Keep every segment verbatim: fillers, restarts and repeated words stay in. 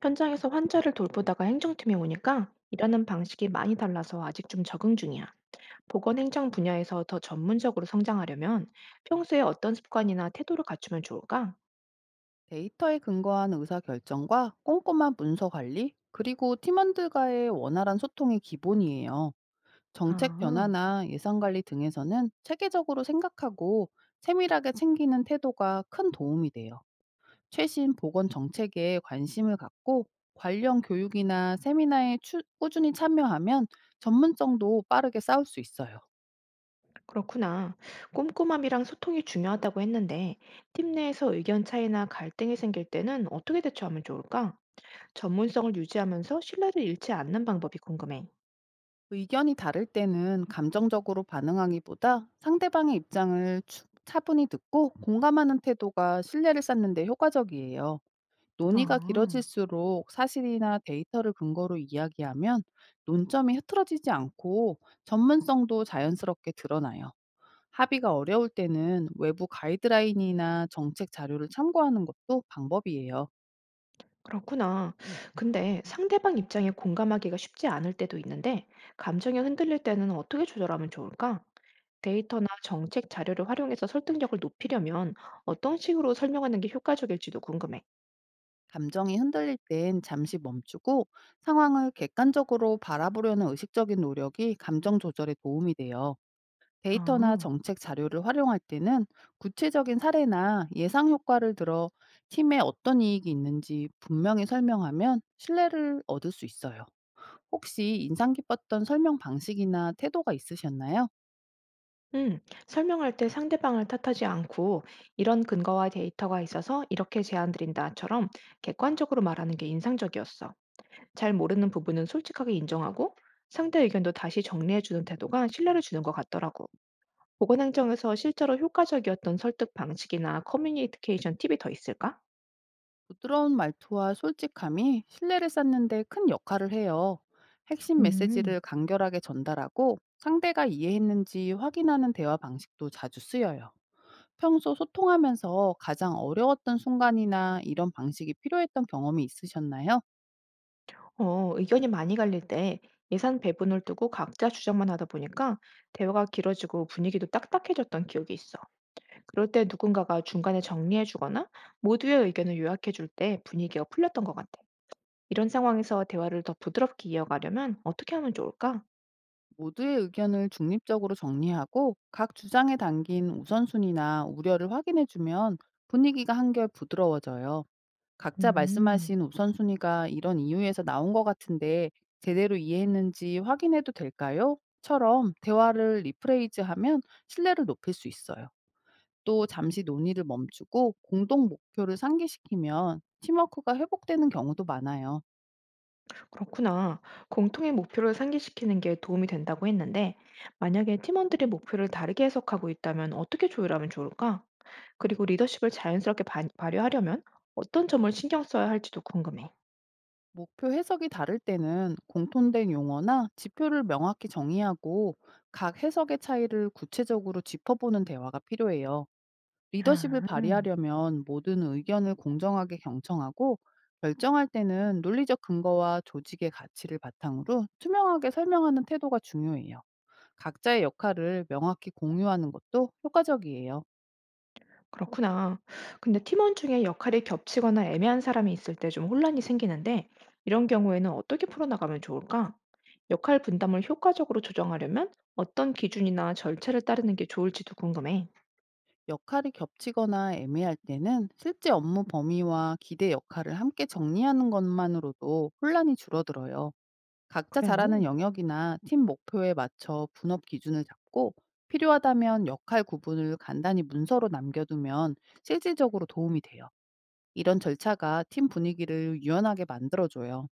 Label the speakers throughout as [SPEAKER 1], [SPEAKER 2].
[SPEAKER 1] 현장에서 환자를 돌보다가 행정팀에 오니까 일하는 방식이 많이 달라서 아직 좀 적응 중이야. 보건 행정 분야에서 더 전문적으로 성장하려면 평소에 어떤 습관이나 태도를 갖추면 좋을까?
[SPEAKER 2] 데이터에 근거한 의사결정과 꼼꼼한 문서 관리, 그리고 팀원들과의 원활한 소통이 기본이에요. 정책
[SPEAKER 1] 아,
[SPEAKER 2] 변화나 예산 관리 등에서는 체계적으로 생각하고 세밀하게 챙기는 태도가 큰 도움이 돼요. 최신 보건 정책에 관심을 갖고 관련 교육이나 세미나에 추- 꾸준히 참여하면 전문성도 빠르게 쌓을 수 있어요.
[SPEAKER 1] 그렇구나. 꼼꼼함이랑 소통이 중요하다고 했는데 팀 내에서 의견 차이나 갈등이 생길 때는 어떻게 대처하면 좋을까? 전문성을 유지하면서 신뢰를 잃지 않는 방법이 궁금해.
[SPEAKER 2] 의견이 다를 때는 감정적으로 반응하기보다 상대방의 입장을 추- 차분히 듣고 공감하는 태도가 신뢰를 쌓는 데 효과적이에요. 논의가
[SPEAKER 1] 아.
[SPEAKER 2] 길어질수록 사실이나 데이터를 근거로 이야기하면 논점이 흐트러지지 않고 전문성도 자연스럽게 드러나요. 합의가 어려울 때는 외부 가이드라인이나 정책 자료를 참고하는 것도 방법이에요.
[SPEAKER 1] 그렇구나. 음. 근데 상대방 입장에 공감하기가 쉽지 않을 때도 있는데, 감정이 흔들릴 때는 어떻게 조절하면 좋을까? 데이터나 정책 자료를 활용해서 설득력을 높이려면 어떤 식으로 설명하는 게 효과적일지도 궁금해.
[SPEAKER 2] 감정이 흔들릴 땐 잠시 멈추고 상황을 객관적으로 바라보려는 의식적인 노력이 감정 조절에 도움이 돼요. 데이터나
[SPEAKER 1] 아,
[SPEAKER 2] 정책 자료를 활용할 때는 구체적인 사례나 예상 효과를 들어 팀에 어떤 이익이 있는지 분명히 설명하면 신뢰를 얻을 수 있어요. 혹시 인상 깊었던 설명 방식이나 태도가 있으셨나요?
[SPEAKER 1] 음, 설명할 때 상대방을 탓하지 않고 이런 근거와 데이터가 있어서 이렇게 제안드린다처럼 객관적으로 말하는 게 인상적이었어. 잘 모르는 부분은 솔직하게 인정하고 상대 의견도 다시 정리해주는 태도가 신뢰를 주는 것 같더라고. 보건행정에서 실제로 효과적이었던 설득 방식이나 커뮤니케이션 팁이 더 있을까?
[SPEAKER 2] 부드러운 말투와 솔직함이 신뢰를 쌓는데 큰 역할을 해요. 핵심
[SPEAKER 1] 음,
[SPEAKER 2] 메시지를 간결하게 전달하고 상대가 이해했는지 확인하는 대화 방식도 자주 쓰여요. 평소 소통하면서 가장 어려웠던 순간이나 이런 방식이 필요했던 경험이 있으셨나요?
[SPEAKER 1] 어, 의견이 많이 갈릴 때 예산 배분을 두고 각자 주장만 하다 보니까 대화가 길어지고 분위기도 딱딱해졌던 기억이 있어. 그럴 때 누군가가 중간에 정리해주거나 모두의 의견을 요약해줄 때 분위기가 풀렸던 것 같아. 이런 상황에서 대화를 더 부드럽게 이어가려면 어떻게 하면 좋을까?
[SPEAKER 2] 모두의 의견을 중립적으로 정리하고 각 주장에 담긴 우선순위나 우려를 확인해주면 분위기가 한결 부드러워져요. "각자
[SPEAKER 1] 음.
[SPEAKER 2] 말씀하신 우선순위가 이런 이유에서 나온 것 같은데 제대로 이해했는지 확인해도 될까요? 처럼 대화를 리프레이즈하면 신뢰를 높일 수 있어요. 또 잠시 논의를 멈추고 공동 목표를 상기시키면 팀워크가 회복되는 경우도 많아요.
[SPEAKER 1] 그렇구나. 공통의 목표를 상기시키는 게 도움이 된다고 했는데, 만약에 팀원들이 목표를 다르게 해석하고 있다면 어떻게 조율하면 좋을까? 그리고 리더십을 자연스럽게 바, 발휘하려면 어떤 점을 신경 써야 할지도 궁금해.
[SPEAKER 2] 목표 해석이 다를 때는 공통된 용어나 지표를 명확히 정의하고 각 해석의 차이를 구체적으로 짚어보는 대화가 필요해요. 리더십을
[SPEAKER 1] 아,
[SPEAKER 2] 발휘하려면 모든 의견을 공정하게 경청하고, 결정할 때는 논리적 근거와 조직의 가치를 바탕으로 투명하게 설명하는 태도가 중요해요. 각자의 역할을 명확히 공유하는 것도 효과적이에요.
[SPEAKER 1] 그렇구나. 근데 팀원 중에 역할이 겹치거나 애매한 사람이 있을 때 좀 혼란이 생기는데, 이런 경우에는 어떻게 풀어나가면 좋을까? 역할 분담을 효과적으로 조정하려면 어떤 기준이나 절차를 따르는 게 좋을지도 궁금해.
[SPEAKER 2] 역할이 겹치거나 애매할 때는 실제 업무 범위와 기대 역할을 함께 정리하는 것만으로도 혼란이 줄어들어요. 각자
[SPEAKER 1] 그래.
[SPEAKER 2] 잘하는 영역이나 팀 목표에 맞춰 분업 기준을 잡고, 필요하다면 역할 구분을 간단히 문서로 남겨두면 실질적으로 도움이 돼요. 이런 절차가 팀 분위기를 유연하게 만들어줘요.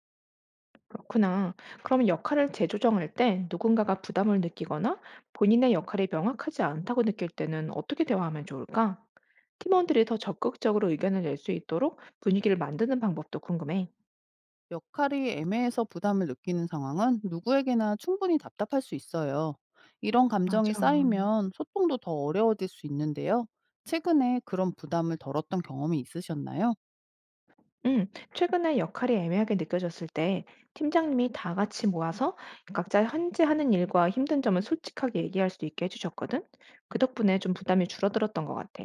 [SPEAKER 1] 그렇구나. 그럼 역할을 재조정할 때 누군가가 부담을 느끼거나 본인의 역할이 명확하지 않다고 느낄 때는 어떻게 대화하면 좋을까? 팀원들이 더 적극적으로 의견을 낼 수 있도록 분위기를 만드는 방법도 궁금해.
[SPEAKER 2] 역할이 애매해서 부담을 느끼는 상황은 누구에게나 충분히 답답할 수 있어요. 이런
[SPEAKER 1] 맞아.
[SPEAKER 2] 감정이 쌓이면 소통도 더 어려워질 수 있는데요. 최근에 그런 부담을 덜었던 경험이 있으셨나요?
[SPEAKER 1] 음, 최근에 역할이 애매하게 느껴졌을 때 팀장님이 다 같이 모아서 각자 현재 하는 일과 힘든 점을 솔직하게 얘기할 수 있게 해주셨거든. 그 덕분에 좀 부담이 줄어들었던 것 같아.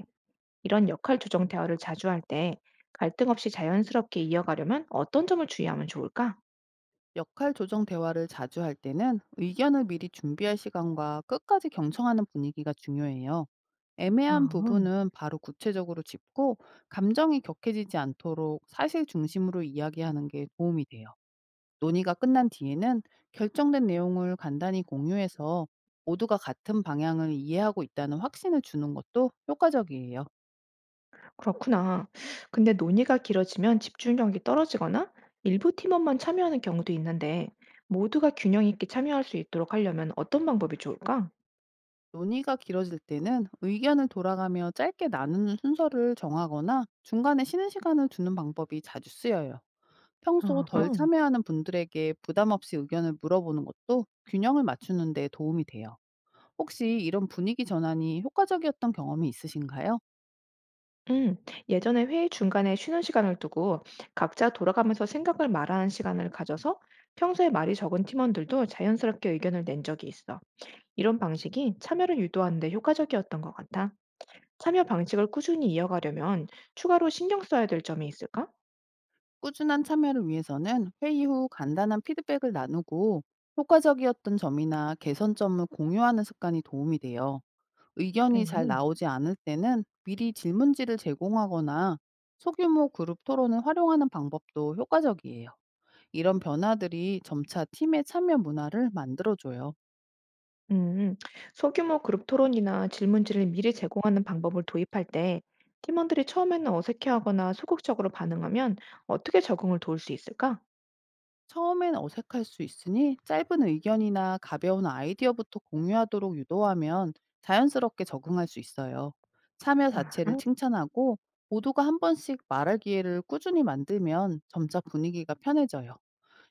[SPEAKER 1] 이런 역할 조정 대화를 자주 할 때 갈등 없이 자연스럽게 이어가려면 어떤 점을 주의하면 좋을까?
[SPEAKER 2] 역할 조정 대화를 자주 할 때는 의견을 미리 준비할 시간과 끝까지 경청하는 분위기가 중요해요. 애매한
[SPEAKER 1] 아,
[SPEAKER 2] 부분은 바로 구체적으로 짚고, 감정이 격해지지 않도록 사실 중심으로 이야기하는 게 도움이 돼요. 논의가 끝난 뒤에는 결정된 내용을 간단히 공유해서 모두가 같은 방향을 이해하고 있다는 확신을 주는 것도 효과적이에요.
[SPEAKER 1] 그렇구나. 근데 논의가 길어지면 집중력이 떨어지거나 일부 팀원만 참여하는 경우도 있는데 모두가 균형 있게 참여할 수 있도록 하려면 어떤 방법이 좋을까?
[SPEAKER 2] 논의가 길어질 때는 의견을 돌아가며 짧게 나누는 순서를 정하거나 중간에 쉬는 시간을 두는 방법이 자주 쓰여요. 평소
[SPEAKER 1] 아,
[SPEAKER 2] 덜 참여하는 분들에게 부담 없이 의견을 물어보는 것도 균형을 맞추는 데 도움이 돼요. 혹시 이런 분위기 전환이 효과적이었던 경험이 있으신가요?
[SPEAKER 1] 음, 예전에 회의 중간에 쉬는 시간을 두고 각자 돌아가면서 생각을 말하는 시간을 가져서 평소에 말이 적은 팀원들도 자연스럽게 의견을 낸 적이 있어. 이런 방식이 참여를 유도하는 데 효과적이었던 것 같아. 참여 방식을 꾸준히 이어가려면 추가로 신경 써야 될 점이 있을까?
[SPEAKER 2] 꾸준한 참여를 위해서는 회의 후 간단한 피드백을 나누고 효과적이었던 점이나 개선점을 공유하는 습관이 도움이 돼요.
[SPEAKER 1] 그래.
[SPEAKER 2] 의견이 잘 나오지 않을 때는 미리 질문지를 제공하거나 소규모 그룹 토론을 활용하는 방법도 효과적이에요. 이런 변화들이 점차 팀의 참여 문화를 만들어줘요.
[SPEAKER 1] 음, 소규모 그룹 토론이나 질문지를 미리 제공하는 방법을 도입할 때 팀원들이 처음에는 어색해하거나 소극적으로 반응하면 어떻게 적응을 도울 수 있을까?
[SPEAKER 2] 처음엔 어색할 수 있으니 짧은 의견이나 가벼운 아이디어부터 공유하도록 유도하면 자연스럽게 적응할 수 있어요. 참여 자체를
[SPEAKER 1] 아하.
[SPEAKER 2] 칭찬하고, 모두가 한 번씩 말할 기회를 꾸준히 만들면 점차 분위기가 편해져요.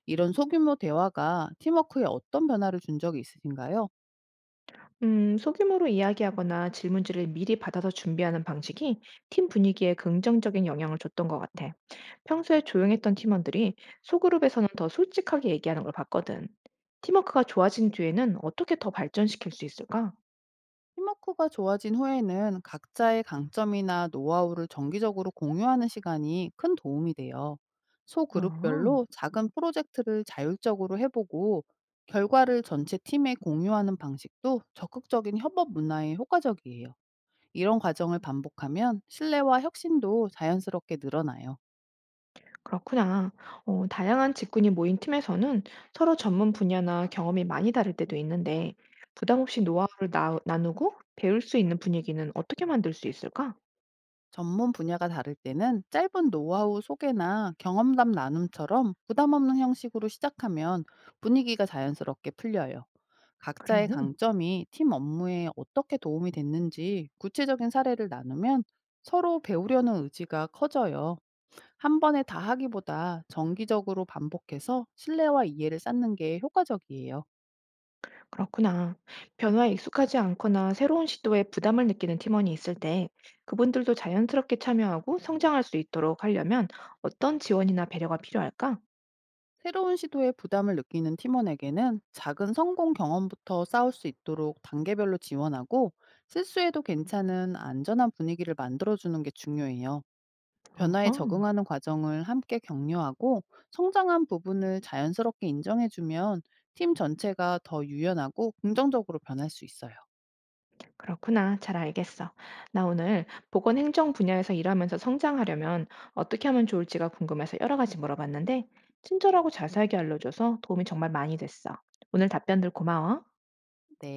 [SPEAKER 2] 이런 소규모 대화가 팀워크에 어떤 변화를 준 적이 있으신가요?
[SPEAKER 1] 음, 소규모로 이야기하거나 질문지를 미리 받아서 준비하는 방식이 팀 분위기에 긍정적인 영향을 줬던 것 같아. 평소에 조용했던 팀원들이 소그룹에서는 더 솔직하게 얘기하는 걸 봤거든. 팀워크가 좋아진 뒤에는 어떻게 더 발전시킬 수 있을까?
[SPEAKER 2] 팀워크가 좋아진 후에는 각자의 강점이나 노하우를 정기적으로 공유하는 시간이 큰 도움이 돼요.
[SPEAKER 1] 아,
[SPEAKER 2] 소그룹별로 작은 프로젝트를 자율적으로 해보고 결과를 전체 팀에 공유하는 방식도 적극적인 협업 문화에 효과적이에요. 이런 과정을 반복하면 신뢰와 혁신도 자연스럽게 늘어나요.
[SPEAKER 1] 그렇구나. 어, 다양한 직군이 모인 팀에서는 서로 전문 분야나 경험이 많이 다를 때도 있는데 부담 없이 노하우를 나, 나누고 배울 수 있는 분위기는 어떻게 만들 수 있을까?
[SPEAKER 2] 전문 분야가 다를 때는 짧은 노하우 소개나 경험담 나눔처럼 부담 없는 형식으로 시작하면 분위기가 자연스럽게 풀려요.
[SPEAKER 1] 그래.
[SPEAKER 2] 각자의 강점이 팀 업무에 어떻게 도움이 됐는지 구체적인 사례를 나누면 서로 배우려는 의지가 커져요. 한 번에 다 하기보다 정기적으로 반복해서 신뢰와 이해를 쌓는 게 효과적이에요.
[SPEAKER 1] 그렇구나. 변화에 익숙하지 않거나 새로운 시도에 부담을 느끼는 팀원이 있을 때 그분들도 자연스럽게 참여하고 성장할 수 있도록 하려면 어떤 지원이나 배려가 필요할까?
[SPEAKER 2] 새로운 시도에 부담을 느끼는 팀원에게는 작은 성공 경험부터 쌓을 수 있도록 단계별로 지원하고, 실수해도 괜찮은 안전한 분위기를 만들어주는 게 중요해요. 변화에
[SPEAKER 1] 어허,
[SPEAKER 2] 적응하는 과정을 함께 격려하고 성장한 부분을 자연스럽게 인정해주면 팀 전체가 더 유연하고 긍정적으로 변할 수 있어요.
[SPEAKER 1] 그렇구나. 잘 알겠어. 나 오늘 보건 행정 분야에서 일하면서 성장하려면 어떻게 하면 좋을지가 궁금해서 여러 가지 물어봤는데 친절하고 자세하게 알려줘서 도움이 정말 많이 됐어. 오늘 답변들 고마워.
[SPEAKER 2] 네.